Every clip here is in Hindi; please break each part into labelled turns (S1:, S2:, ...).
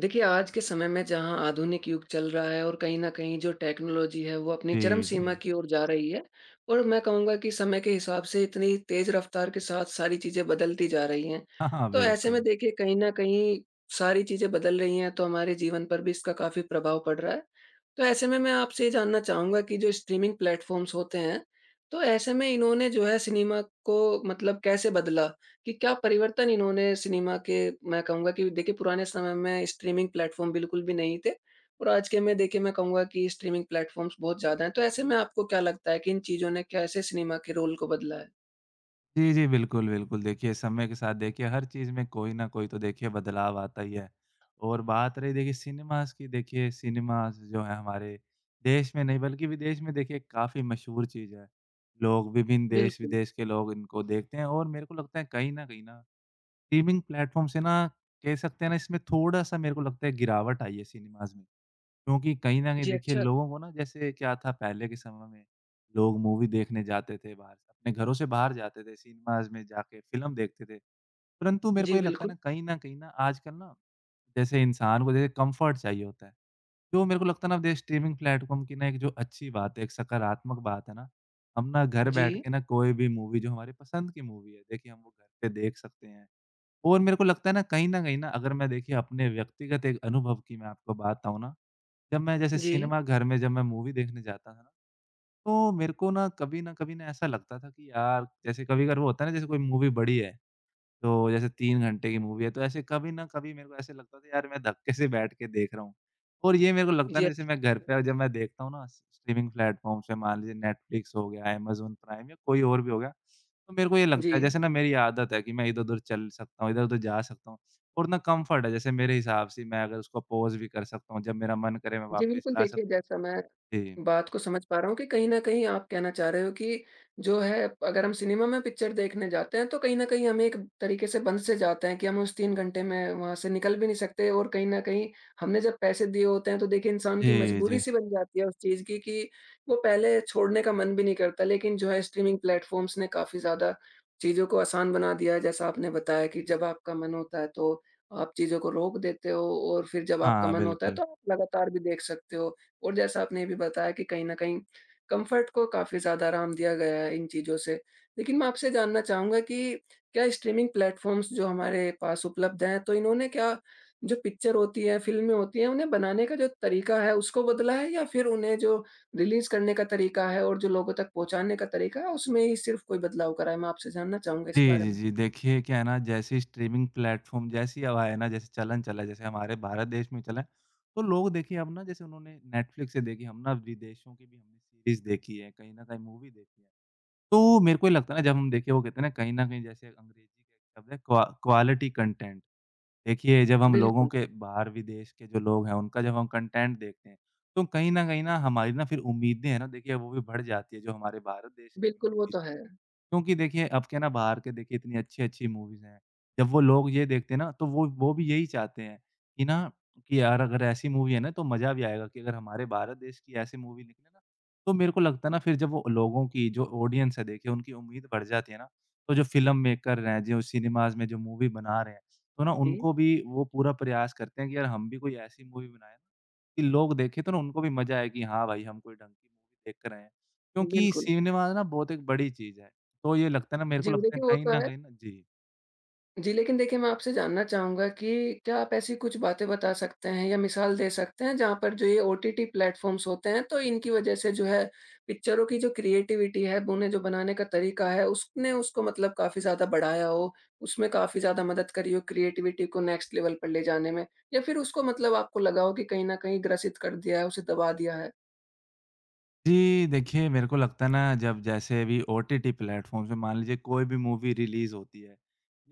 S1: देखिए, आज के समय में जहाँ आधुनिक युग चल रहा है और कहीं न कहीं जो टेक्नोलॉज़ी है वो अपनी चरम
S2: जी, जी।
S1: सीमा की ओर जा रही है और मैं कहूँगा कि समय के हिसाब से इतनी तेज़ रफ़्तार के साथ सारी चीज़ें बदलती जा रही हैं।
S2: हाँ, हाँ,
S1: तो ऐसे में
S2: बिल्कुल।
S1: देखिए कहीं न कहीं सारी चीज़ें बदल रही हैं, तो हमारे जीवन पर भी इसका काफ़ी प्रभाव पड़ रहा है। तो ऐसे में मैं आपसे ये जानना चाहूँगा कि जो स्ट्रीमिंग प्लेटफ़ॉर्म्स होते हैं, तो ऐसे में इन्होंने जो है सिनेमा को मतलब कैसे बदला? कि क्या परिवर्तन इन्होंने सिनेमा के। मैं कहूँगा कि देखिए पुराने समय में स्ट्रीमिंग प्लेटफ़ॉर्म बिल्कुल भी नहीं थे और आज के में देखिए मैं कहूँगा कि स्ट्रीमिंग प्लेटफ़ॉर्म्स बहुत ज़्यादा हैं। तो ऐसे में आपको क्या लगता है कि इन चीज़ों ने कैसे सिनेमा के रोल को बदला है?
S2: जी, जी, बिल्कुल, बिल्कुल। देखिए, समय के साथ देखिए हर चीज़ में कोई न कोई तो देखिए बदलाव आता ही है। और बात रही देखिए सिनेमाज़ की, देखिए सिनेमाज़ जो है हमारे देश में नहीं बल्कि विदेश में देखिए काफ़ी मशहूर चीज़ है। लोग विभिन्न
S1: बिल्कुल।
S2: देश-विदेश के लोग इनको देखते हैं और मेरे को लगता है कहीं न कहीं ना स्ट्रीमिंग प्लेटफ़ॉर्म से ना कह सकते हैं ना इसमें थोड़ा-सा मेरे को लगता है गिरावट आई है सिनेमाज़ में। क्योंकि कहीं न कहीं
S1: जी,
S2: देखिए
S1: अच्छा।
S2: लोगों को ना जैसे क्या था पहले के समय में, लोग मूवी देखने जाते थे बाहर, अपने घरों से बाहर जाते थे, सिनेमाज़ में जाके फ़िल्म देखते थे। परंतु मेरे को
S1: जी,
S2: ये लगता है
S1: बिल्कुल।
S2: ना कहीं न कहीं ना आजकल ना, जैसे इंसान को जैसे कम्फ़र्ट चाहिए होता है। तो मेरे को लगता है ना अब ये स्ट्रीमिंग प्लेटफ़ॉर्म की ना एक जो अच्छी बात है, एक सकारात्मक बात है ना, हम ना घर बैठ
S1: जी,
S2: के ना कोई भी मूवी जो हमारी पसंद की मूवी है, देखिए हम वो घर पे देख सकते हैं। और मेरे को लगता है ना कहीं न कहीं ना अगर मैं देखिए अपने व्यक्तिगत एक अनुभव की मैं आपको बताऊँ ना, जब मैं जैसे
S1: जी।
S2: सिनेमा घर में जब मैं मूवी देखने जाता था ना, तो मेरे को ना कभी न कभी ना ऐसा लगता था कि यार जैसे कभी-कभार वो होता है ना जैसे कोई मूवी बड़ी है, तो जैसे 3 घंटे की मूवी है, तो ऐसे कभी ना कभी मेरे को ऐसे लगता था यार मैं धक्के से बैठ के देख रहा हूँ। और ये मेरे को लगता
S1: जी,
S2: नहीं जैसे
S1: अच्छा।
S2: मैं घर पे जब मैं देखता हूँ ना स्ट्रीमिंग प्लेटफ़ॉर्म्स पे, मान लीजिए नेटफ्लिक्स हो गया, अमेज़न प्राइम या कोई और भी हो गया, तो मेरे को ये
S1: जी।
S2: लगता है जैसे ना मेरी आदत है कि मैं इधर-उधर चल सकता हूँ, इधर-उधर जा सकता हूँ, और ना कम्फ़र्ट है जैसे मेरे हिसाब से मैं अगर उसको पॉज़ भी कर सकता हूँ, जब मेरा मन करे मैं
S1: जी,
S2: वापस
S1: बिल्कुल।
S2: चला
S1: देखिए
S2: सकता हूँ।
S1: जैसा मैं
S2: जी।
S1: बात को समझ पा रहा हूँ कि कहीं न कहीं आप कहना चाह रहे हो कि जो है अगर हम सिनेमा में पिक्चर देखने जाते हैं, तो कहीं न कहीं हम एक तरीके से बंध से जाते हैं कि हम उस 3 घंटे में वहाँ से निकल भी नहीं सकते, और कहीं न कहीं हमने जब पैसे दिए होते हैं तो देखिए इंसान की
S2: जी,
S1: मजबूरी
S2: जी।
S1: सी बन जाती है उस चीज़ की कि वो पहले छोड़ने का मन भी नहीं करता। लेकिन जो है स्ट्रीमिंग प्लेटफ़ॉर्म्स ने काफ़ी ज़्यादा चीज़ों को आसान बना दिया है, जैसा आपने बताया कि जब आपका मन होता है तो आप चीज़ों को रोक देते हो और फिर जब आपका
S2: हाँ,
S1: मन होता है
S2: बिल्कुल।
S1: तो आप लगातार भी देख सकते हो। और जैसा आपने ये भी बताया कि कहीं न कहीं कम्फ़र्ट को काफ़ी ज़्यादा आराम दिया गया है इन चीज़ों से। लेकिन मैं आपसे जानना चाहूँगा कि क्या स्ट्रीमिंग प्लेटफ़ॉर्म्स जो हमारे पास उपलब्ध हैं, तो इन्होंने क्या जो पिक्चर होती है, फ़िल्में होती हैं, उन्हें बनाने का जो तरीका है उसको बदला है, या फिर उन्हें जो रिलीज़ करने का तरीका है और जो लोगों तक पहुँचाने का तरीका है, उसमें ही सिर्फ़ कोई बदलाव करा है? मैं आपसे जानना चाहूँगा इस
S2: जी,
S1: बारे
S2: जी,
S1: में।
S2: जी। देखिए क्या है ना, जैसे स्ट्रीमिंग प्लेटफ़ॉर्म जैसे ही अब आया ना, जैसे चलन चला है जैसे हमारे भारत देश में चला है, तो लोग देखिए अब ना जैसे उन्होंने नेटफ्लिक्स से देखी, हम ना विदेशों की भी हमने सीरीज़ देखी है, कहीं न कहीं मूवी देखी है। तो मेरे को ये लगता है ना जब हम देखिए वो कहते हैं ना कहीं न कहीं जैसे अंग्रेज़ी का एक शब्द है, क्वालिटी कंटेंट। देखिए जब हम लोगों
S1: बिल्कुल,
S2: के बाहर विदेश के जो लोग हैं उनका जब हम कंटेंट देखते हैं, तो कहीं न कहीं ना हमारी ना फिर उम्मीदें हैं ना, देखिए वो भी बढ़ जाती है जो हमारे भारत देश की
S1: बिल्कुल वो
S2: movies
S1: तो
S2: हैं।
S1: है।
S2: क्योंकि देखिए, अब क्या है ना बाहर के देखिए इतनी अच्छी-अच्छी मूवीज़ हैं। जब वो लोग ये देखते हैं ना, तो वो भी यही चाहते हैं कि ना, कि यार अगर ऐसी मूवी है ना तो मज़ा भी आएगा कि अगर हमारे भारत देश की ऐसी मूवी निकले ना, तो मेरे को लगता है ना फिर जब वो लोगों की जो ऑडियंस है देखिए उनकी उम्मीद बढ़ जाती है ना, तो जो फ़िल्म मेकर हैं, जो सिनेमाज़ में जो मूवी बना रहे हैं, तो ना
S1: जी।
S2: उनको भी वो पूरा प्रयास करते हैं कि यार हम भी कोई ऐसी मूवी बनाएँ कि लोग देखें तो ना उनको भी मज़ा आए कि हाँ भाई हम कोई ढंग की मूवी देख कर आए हैं। क्योंकि
S1: बिल्कुल।
S2: सिनेमा ना बहुत एक बड़ी चीज़ है। तो ये लगता है ना, मेरे को
S1: जी,
S2: लगता है
S1: देखिए वो
S2: कहीं
S1: तो
S2: न
S1: है।
S2: कहीं ना। जी।
S1: जी, लेकिन देखिए मैं आपसे जानना चाहूँगा कि क्या आप ऐसी कुछ बातें बता सकते हैं या मिसाल दे सकते हैं जहाँ पर जो ये ओटीटी प्लेटफ़ॉर्म्स होते हैं तो इनकी वज़ह से जो है पिक्चरों की जो क्रिएटिविटी है, उन्हें जो बनाने का तरीका है उसने उसको मतलब काफ़ी ज़्यादा बढ़ाया हो, उसमें काफ़ी ज़्यादा मदद करी हो क्रिएटिविटी को नेक्स्ट लेवल पर ले जाने में? या फिर उसको मतलब आपको लगा हो कि कहीं न कहीं ग्रसित कर दिया है, उसे दबा दिया है?
S2: जी, देखिए मेरे को लगता है ना जब जैसे अभी ओटीटी प्लेटफ़ॉर्म्स पे मान लीजिए कोई भी मूवी रिलीज़ होती है,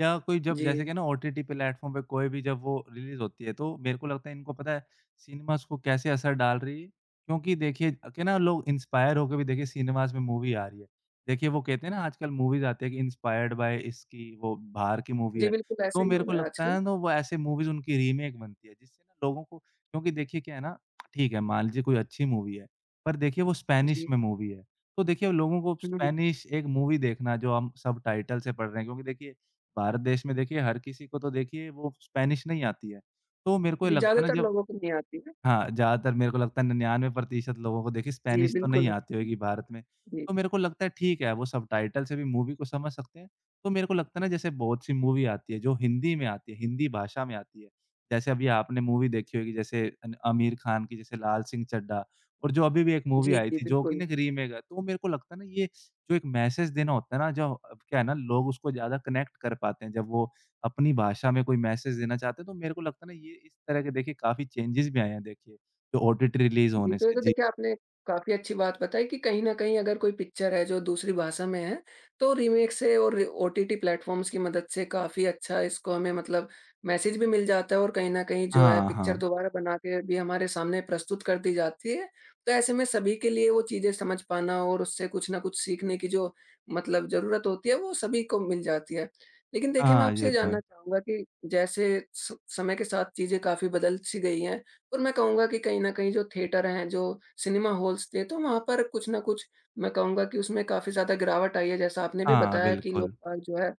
S2: या कोई जब जैसे
S1: जी।
S2: कि ना ओटीटी प्लेटफ़ॉर्म पे कोई भी जब वो रिलीज़ होती है, तो मेरे को लगता है इनको पता है सिनेमाज़ को कैसे असर डाल रही है। क्योंकि देखिए के ना लोग इंस्पायर होके भी देखिए सिनेमाज़ में मूवी आ रही है। देखिए वो कहते हैं ना आजकल मूवीज़ आती है कि इंस्पायर्ड बाय इसकी वो बाहर की मूवी
S1: जी,
S2: है।
S1: बिल्कुल ऐसा
S2: तो
S1: ही हो
S2: मेरे को
S1: रहा है
S2: लगता
S1: आजकल।
S2: है ना वो ऐसे मूवीज़ उनकी रीमेक बनती है, जिससे ना लोगों को, क्योंकि देखिए क्या है ना, ठीक है मान लीजिए कोई अच्छी मूवी है। पर देखिए वो स्पेनिश
S1: जी।
S2: में मूवी है। तो देखिए लोगों को
S1: हुँ, हुँ।
S2: स्पेनिश एक मूवी देखना, जो हम सबटाइटल से पढ़ रहे हैं, क्योंकि देखिए भारत देश में देखिए हर किसी को तो देखिए वो स्पेनिश नहीं आती है। तो मेरे को ये
S1: जी,
S2: लगता है ना
S1: ज़्यादातर
S2: जब,
S1: लोगों को नहीं आती है।
S2: हाँ, ज़्यादातर मेरे को लगता है 99% लोगों को देखिए
S1: जी,
S2: स्पेनिश तो
S1: बिल्कुल।
S2: नहीं आती होगी भारत में।
S1: जी,
S2: तो मेरे को लगता है ठीक है, वो सबटाइटल से भी मूवी को समझ सकते हैं। तो मेरे को लगता है ना जैसे बहुत सी मूवी आती है जो हिंदी में आती है, हिंदी भाषा में आती है। जैसे अभी आपने मूवी देखी होगी, जैसे अन आमिर खान की जैसे लाल सिंह चड्ढा, और जो अभी भी एक मूवी
S1: जी,
S2: आई
S1: जी,
S2: थी जो कि ना
S1: बिल्कुल।
S2: एक रीमेक है। तो मेरे को लगता है ना ये जो एक मैसेज देना होता है ना, जो अब क्या है ना लोग उसको ज़्यादा कनेक्ट कर पाते हैं जब वो अपनी भाषा में कोई मैसेज देना चाहते हैं, तो मेरे को लगता है ना ये इस तरह के देखिए काफ़ी चेंजेस भी आए हैं देखिए, जो ओटीटी रिलीज़
S1: जी,
S2: होने
S1: तो ये
S2: से।
S1: तो
S2: जी।
S1: देखिए आपने काफ़ी अच्छी बात बताई कि कहीं न कहीं अगर कोई पिक्चर है जो दूसरी भाषा में है, तो रीमेक से और ओटीटी प्लेटफ़ॉर्म्स की मदद से काफ़ी अच्छा इसको हमें मतलब मैसेज भी मिल जाता है, और कहीं न कहीं जो है
S2: हाँ,
S1: पिक्चर
S2: हाँ।
S1: दोबारा बना के भी हमारे सामने प्रस्तुत कर दी जाती है। तो ऐसे में सभी के लिए वो चीज़ें समझ पाना और उससे कुछ न कुछ सीखने की जो मतलब ज़रूरत होती है, वो सभी को मिल जाती है। लेकिन देखिए मैं
S2: हाँ,
S1: आपसे
S2: ये
S1: ये
S2: तो
S1: जानना
S2: है।
S1: चाहूँगा कि जैसे स समय के साथ चीज़ें काफ़ी बदल-सी गई हैं और मैं कहूँगा कि कहीं न कहीं जो थिएटर हैं, जो सिनेमा हॉल्स थे, तो वहाँ पर कुछ न कुछ मैं कहूँगा कि उसमें काफ़ी ज़्यादा गिरावट आई है। जैसा आपने भी
S2: हाँ,
S1: बताया कि
S2: बिल्कुल।
S1: लोग बाग जो है,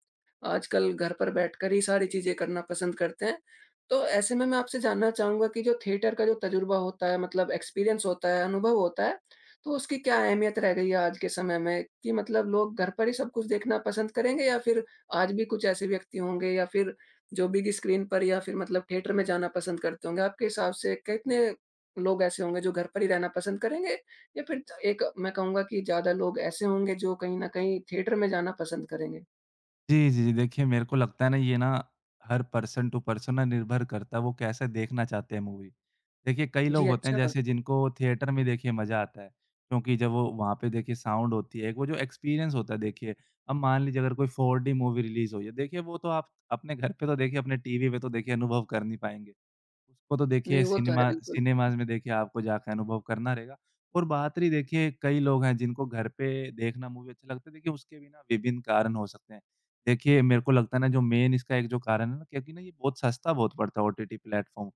S1: आजकल घर पर बैठकर ही सारी चीज़ें करना पसंद करते हैं। तो ऐसे में मैं आपसे जानना चाहूँगा कि जो थिएटर का जो तजुर्बा होता है, मतलब एक्सपीरियंस होता है, अनुभव होता है, तो उसकी क्या अहमियत रह गई है आज के समय में? कि मतलब लोग घर पर ही सब कुछ देखना पसंद करेंगे, या फिर आज भी कुछ ऐसे व्यक्ति होंगे या फिर जो बिग स्क्रीन पर या फिर मतलब थिएटर में जाना पसंद करते होंगे, आपके हिसाब से कितने लोग ऐसे होंगे जो घर पर ही रहना पसंद करेंगे? या फिर एक मैं कहूँगा कि ज़्यादा लोग ऐसे होंगे जो कहीं न कहीं थिएटर में जाना पसंद करेंगे?
S2: जी, जी, जी। देखिए मेरे को लगता है ना ये ना हर पर्सन टू पर्सन ना निर्भर करता है, वो कैसे देखना चाहते हैं मूवी। देखिए कई लोग
S1: जी,
S2: होते हैं
S1: अच्छा।
S2: जैसे जिनको थिएटर में देखिए मज़ा आता है, क्योंकि जब वो वहाँ पे देखिए साउंड होती है, एक वो जो एक्सपीरियंस होता है देखिए, अब मान लीजिए अगर कोई 4D मूवी रिलीज़ हुई है, देखिए वो तो आप अपने घर पे तो देखिए अपने टीवी पे तो देखिए अनुभव कर नहीं पाएँगे। उसको तो देखिए
S1: नहीं, वो तो है
S2: सिनेमा
S1: बिल्कुल।
S2: सिनेमाज़ में देखिए आपको जाके अनुभव करना रहेगा। और बात रही देखिए कई लोग हैं जिनको घर पे देखना मूवी अच्छा लगता है, देखिए उसके भी ना विभिन्न कारण हो सकते हैं। देखिए मेरे को लगता है ना जो मेन इसका एक जो कारण है ना, क्योंकि ना ये बहुत सस्ता बहुत पड़ता है ओटीटी प्लेटफ़ॉर्म।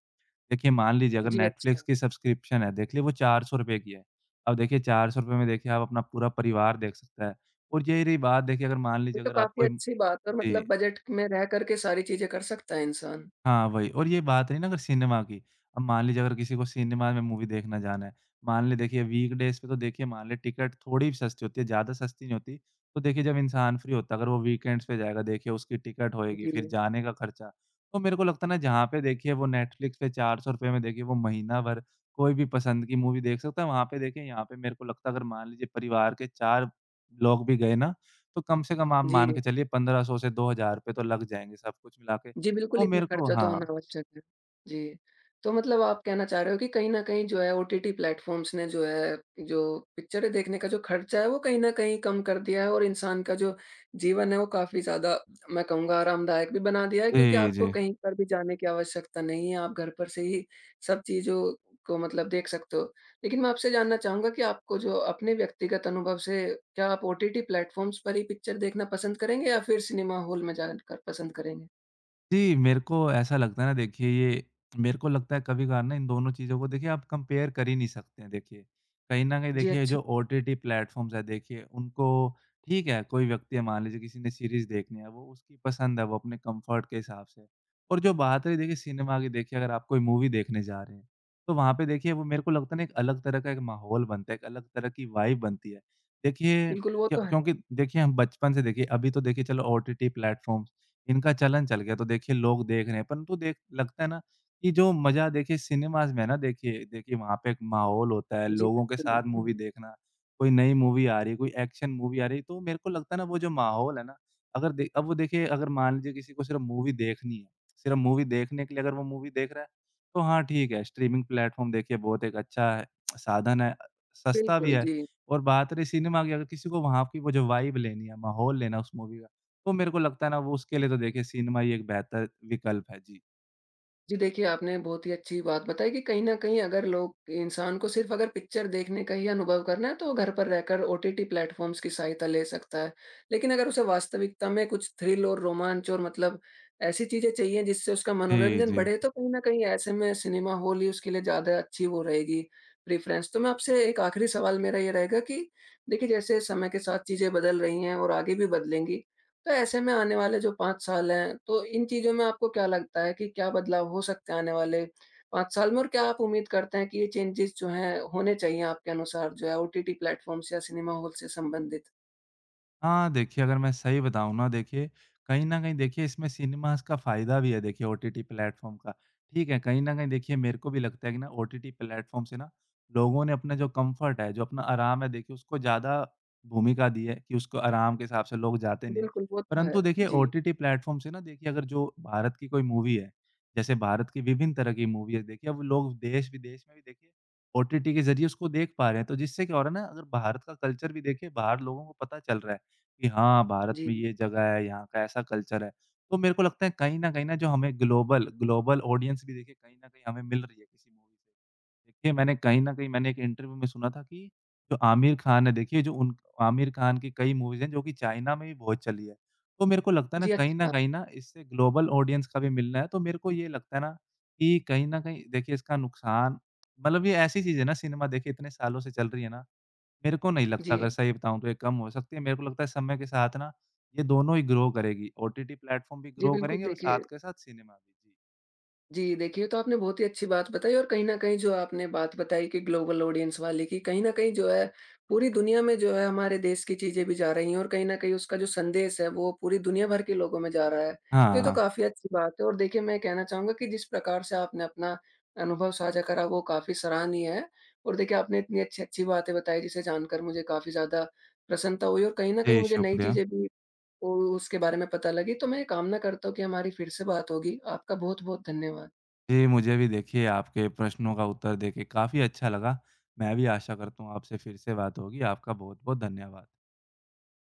S2: देखिए मान लीजिए अगर
S1: जी, अच्छा।
S2: नेटफ्लिक्स की सब्सक्रिप्शन है, देख लिए वो ₹400 की है। अब देखिए ₹400 में देखिए आप अपना पूरा परिवार देख सकता है। और यही रही बात देखिए अगर मान
S1: ये
S2: लीजिए
S1: तो
S2: अगर आप
S1: काफ़ी
S2: कोई,
S1: अच्छी बात है और
S2: जी।
S1: मतलब बजट में रह कर के सारी चीज़ें कर सकता है इंसान।
S2: हाँ, वही, और ये बात रही ना अगर सिनेमा की, अब मान लीजिए अगर किसी को सिनेमा में मूवी देखने जाना है, मान लें देखिए वीकडेज़ पे तो देखिए मान लें टिकट थोड़ी भी सस्ती होती है, ज़्यादा सस्ती नहीं होती। तो देखिए जब इंसान फ्री होता है, अगर वो वीकेंड्स पे जाएगा देखिए उसकी टिकट होएगी, फिर
S1: जी,
S2: जाने का खर्चा। तो मेरे को लगता है ना जहाँ पे देखिए वो नेटफ्लिक्स पे ₹400 में देखिए वो महीना भर कोई भी पसंद की मूवी देख सकता है, वहाँ पे देखिए यहाँ पे मेरे को लगता है अगर मान लीजिए परिवार के 4 लोग भी गए ना, तो कम से कम आप मान
S1: जी।
S2: के चलिए 1500 से ₹2000 तो लग जाएँगे सब कुछ मिला के।
S1: जी,
S2: तो
S1: बिल्कुल इतना
S2: मेरे को,
S1: खर्चा तो होना
S2: हाँ।
S1: आवश्यक है। जी, तो मतलब आप कहना चाह रहे हो कि कहीं न कहीं जो है ओटीटी प्लेटफ़ॉर्म्स ने जो है, जो पिक्चरें देखने का जो खर्चा है वो कहीं न कहीं कम कर दिया है, और इंसान का जो जीवन है वो काफ़ी ज़्यादा मैं कहूँगा आरामदायक भी बना दिया है, क्योंकि
S2: जी,
S1: आपको
S2: जी।
S1: कहीं पर भी जाने की आवश्यकता नहीं है, आप घर पर से ही सब चीज़ों को मतलब देख सकते हो। लेकिन मैं आपसे जानना चाहूँगा कि आपको जो अपने व्यक्तिगत अनुभव से, क्या आप ओटीटी प्लेटफ़ॉर्म्स पर ही पिक्चर देखना पसंद करेंगे या फिर सिनेमा हॉल में जाकर पसंद करेंगे?
S2: जी, मेरे को ऐसा लगता है ना देखिए ये, मेरे को लगता है कभी-कभार ना इन दोनों चीज़ों को देखिए आप कंपेयर कर ही नहीं सकते हैं देखिए। कहीं न कहीं
S1: जी,
S2: देखिए
S1: अच्छा।
S2: जो ओटीटी प्लेटफ़ॉर्म्स हैं देखिए उनको, ठीक है, कोई व्यक्ति है मान लीजिए किसी ने सीरीज़ देखनी है, वो उसकी पसंद है, वो अपने कम्फ़र्ट के हिसाब से। और जो बात रही देखिए सिनेमा की, देखिए अगर आप कोई मूवी देखने जा रहे हैं, तो वहाँ पे देखिए वो मेरे को लगता है ना एक अलग तरह का एक माहौल बनता है, एक अलग तरह की वाइब बनती है। देखिए
S1: बिल्कुल, वो
S2: क्यों,
S1: तो है।
S2: क्योंकि देखिए हम बचपन से देखिए, अभी तो देखिए चलो ओटीटी प्लेटफ़ॉर्म्स, इनका चलन चल गया तो देखिए लोग देख रहे हैं, परंतु देख लगता है ना कि जो मज़ा देखिए सिनेमाज़ में है ना, देखिए देखिए वहाँ पे एक माहौल होता है,
S1: जी,
S2: लोगों के
S1: बिल्कुल।
S2: साथ
S1: हुँ,
S2: मूवी
S1: हुँ।
S2: देखना, कोई नई मूवी आ रही है, कोई एक्शन मूवी आ रही है, तो मेरे को लगता है ना वो जो माहौल है ना, अगर दे अब वो देखिए अगर मान लीजिए किसी को सिर्फ़ मूवी देखनी है, सिर्फ़ मूवी देखने के लिए अगर वो मूवी देख रहा है, तो हाँ ठीक है, स्ट्रीमिंग प्लेटफ़ॉर्म देखिए बहुत एक अच्छा है, साधन है, सस्ता भी
S1: बिल्कुल,
S2: है,
S1: जी।
S2: और बात रही सिनेमा की, अगर किसी को वहाँ की वो जो वाइब लेनी है, माहौल लेना है उस मूवी का, तो मेरे को लगता है ना वो उसके लिए तो देखिए सिनेमा ही एक बेहतर विकल्प है। जी।
S1: जी, देखिए आपने बहुत ही अच्छी बात बताई कि कहीं न कहीं अगर लोग इंसान को सिर्फ़ अगर पिक्चर देखने का ही अनुभव करना है, तो वो घर पर रहकर ओटीटी प्लेटफ़ॉर्म्स की सहायता ले सकता है। लेकिन अगर उसे वास्तविकता में कुछ थ्रिल और रोमांच और मतलब ऐसी चीज़ें चाहिए जिससे उसका
S2: जी,
S1: मनोरंजन
S2: जी।
S1: बढ़े, तो कहीं न कहीं ऐसे में सिनेमा हॉल ही उसके लिए ज़्यादा अच्छी वो रहेगी प्रेफ़रेंस। तो मैं आपसे एक आखिरी सवाल मेरा ये रहेगा कि देखिए जैसे समय के साथ चीज़ें बदल रही हैं और आगे भी बदलेंगी, तो ऐसे में आने वाले जो 5 साल हैं, तो इन चीज़ों में आपको क्या लगता है कि क्या बदलाव हो सकते हैं आने वाले 5 साल में? और क्या आप उम्मीद करते हैं कि ये चेंजेज़ जो हैं, होने चाहिए आपके अनुसार जो है ओटीटी प्लेटफ़ॉर्म्स या सिनेमा हॉल से संबंधित?
S2: हाँ, देखिए अगर मैं सही बताऊँ ना देखिए, कहीं न कहीं देखिए इसमें सिनेमाज़ का फ़ायदा भी है देखिए ओटीटी प्लेटफ़ॉर्म का। ठीक है, कहीं न कहीं देखिए मेरे को भी लगता है कि ना ओटीटी प्लेटफ़ॉर्म से ना लोगों ने अपना जो कम्फ़र्ट है, जो अपना आराम है देखिए उसको ज़्यादा भूमिका दी है, कि उसको आराम के हिसाब से लोग जाते नहीं हैं।
S1: बिल्कुल, वो तो है।
S2: परंतु देखिए
S1: जी,
S2: ओटीटी प्लेटफ़ॉर्म से ना देखिए अगर जो भारत की कोई मूवी है, जैसे भारत की विभिन्न तरह की मूवी है देखिए, अब लोग देश-विदेश में भी देखिए ओटीटी के ज़रिए उसको देख पा रहे हैं। तो जिससे क्या हो रहा है ना, अगर भारत का कल्चर भी देखिए बाहर लोगों को पता चल रहा है। कि हाँ, भारत
S1: जी।
S2: में ये जगह है, यहाँ का ऐसा कल्चर है। तो मेरे को लगता है कहीं न जो हमें ग्लोबल ग्लोबल ऑडियंस भी देखिए कहीं न कहीं हमें मिल रही है किसी मूवी से। देखिए मैंने कहीं न कहीं मैंने एक इंटरव्यू में सुना था कि जो आमिर खान है देखिए, जो उन आमिर खान की कई मूवीज़ हैं जो कि चाइना में भी बहुत चली है। तो मेरे को लगता है ना
S1: जी, अच्छा।
S2: कहीं न इससे ग्लोबल ऑडियंस का भी मिलना है। तो मेरे को ये लगता है ना कि कहीं न कहीं देखिए इसका नुकसान, मतलब ये ऐसी चीज़ है ना, सिनेमा देखिए इतने सालों से चल रही है ना, मेरे को नहीं लगता
S1: जी,
S2: अगर सही बताऊँ तो ये कम हो सकती है। मेरे को लगता है समय के साथ ना ये दोनों ही ग्रो करेगी, ओटीटी प्लेटफ़ॉर्म भी
S1: जी
S2: ग्रो
S1: बिल्कुल
S2: करेंगे और
S1: देखिए।
S2: साथ के साथ सिनेमा भी। जी।
S1: जी, देखिए तो आपने बहुत ही अच्छी बात बताई, और कहीं न कहीं जो आपने बात बताई कि ग्लोबल ऑडियंस वाली की कहीं न कहीं जो है पूरी दुनिया में जो है हमारे देश की चीज़ें भी जा रही हैं, और कहीं न कहीं उसका जो संदेश है वो पूरी दुनिया भर के लोगों में जा रहा है। तो ये तो
S2: हाँ,
S1: काफ़ी अच्छी बात है और देखिए मैं कहना चाहूँगा कि जिस प्रकार से आपने अपना अनुभव साझा करा वो काफ़ी सराहनीय है, और देखिए आपने इतनी अच्छी-अच्छी बातें बताई जिसे जानकर मुझे काफ़ी ज़्यादा प्रसन्नता हुई, और कहीं न कहीं
S2: जी
S1: मुझे नई
S2: शुक्रिया।
S1: चीज़ें भी उ उसके बारे में पता लगी। तो मैं कामना करता हूँ कि हमारी फिर से बात होगी। आपका बहुत-बहुत धन्यवाद।
S2: जी, मुझे भी देखिए आपके प्रश्नों का उत्तर देके काफ़ी अच्छा लगा। मैं भी आशा करता हूँ आपसे फिर से बात होगी। आपका बहुत-बहुत धन्यवाद।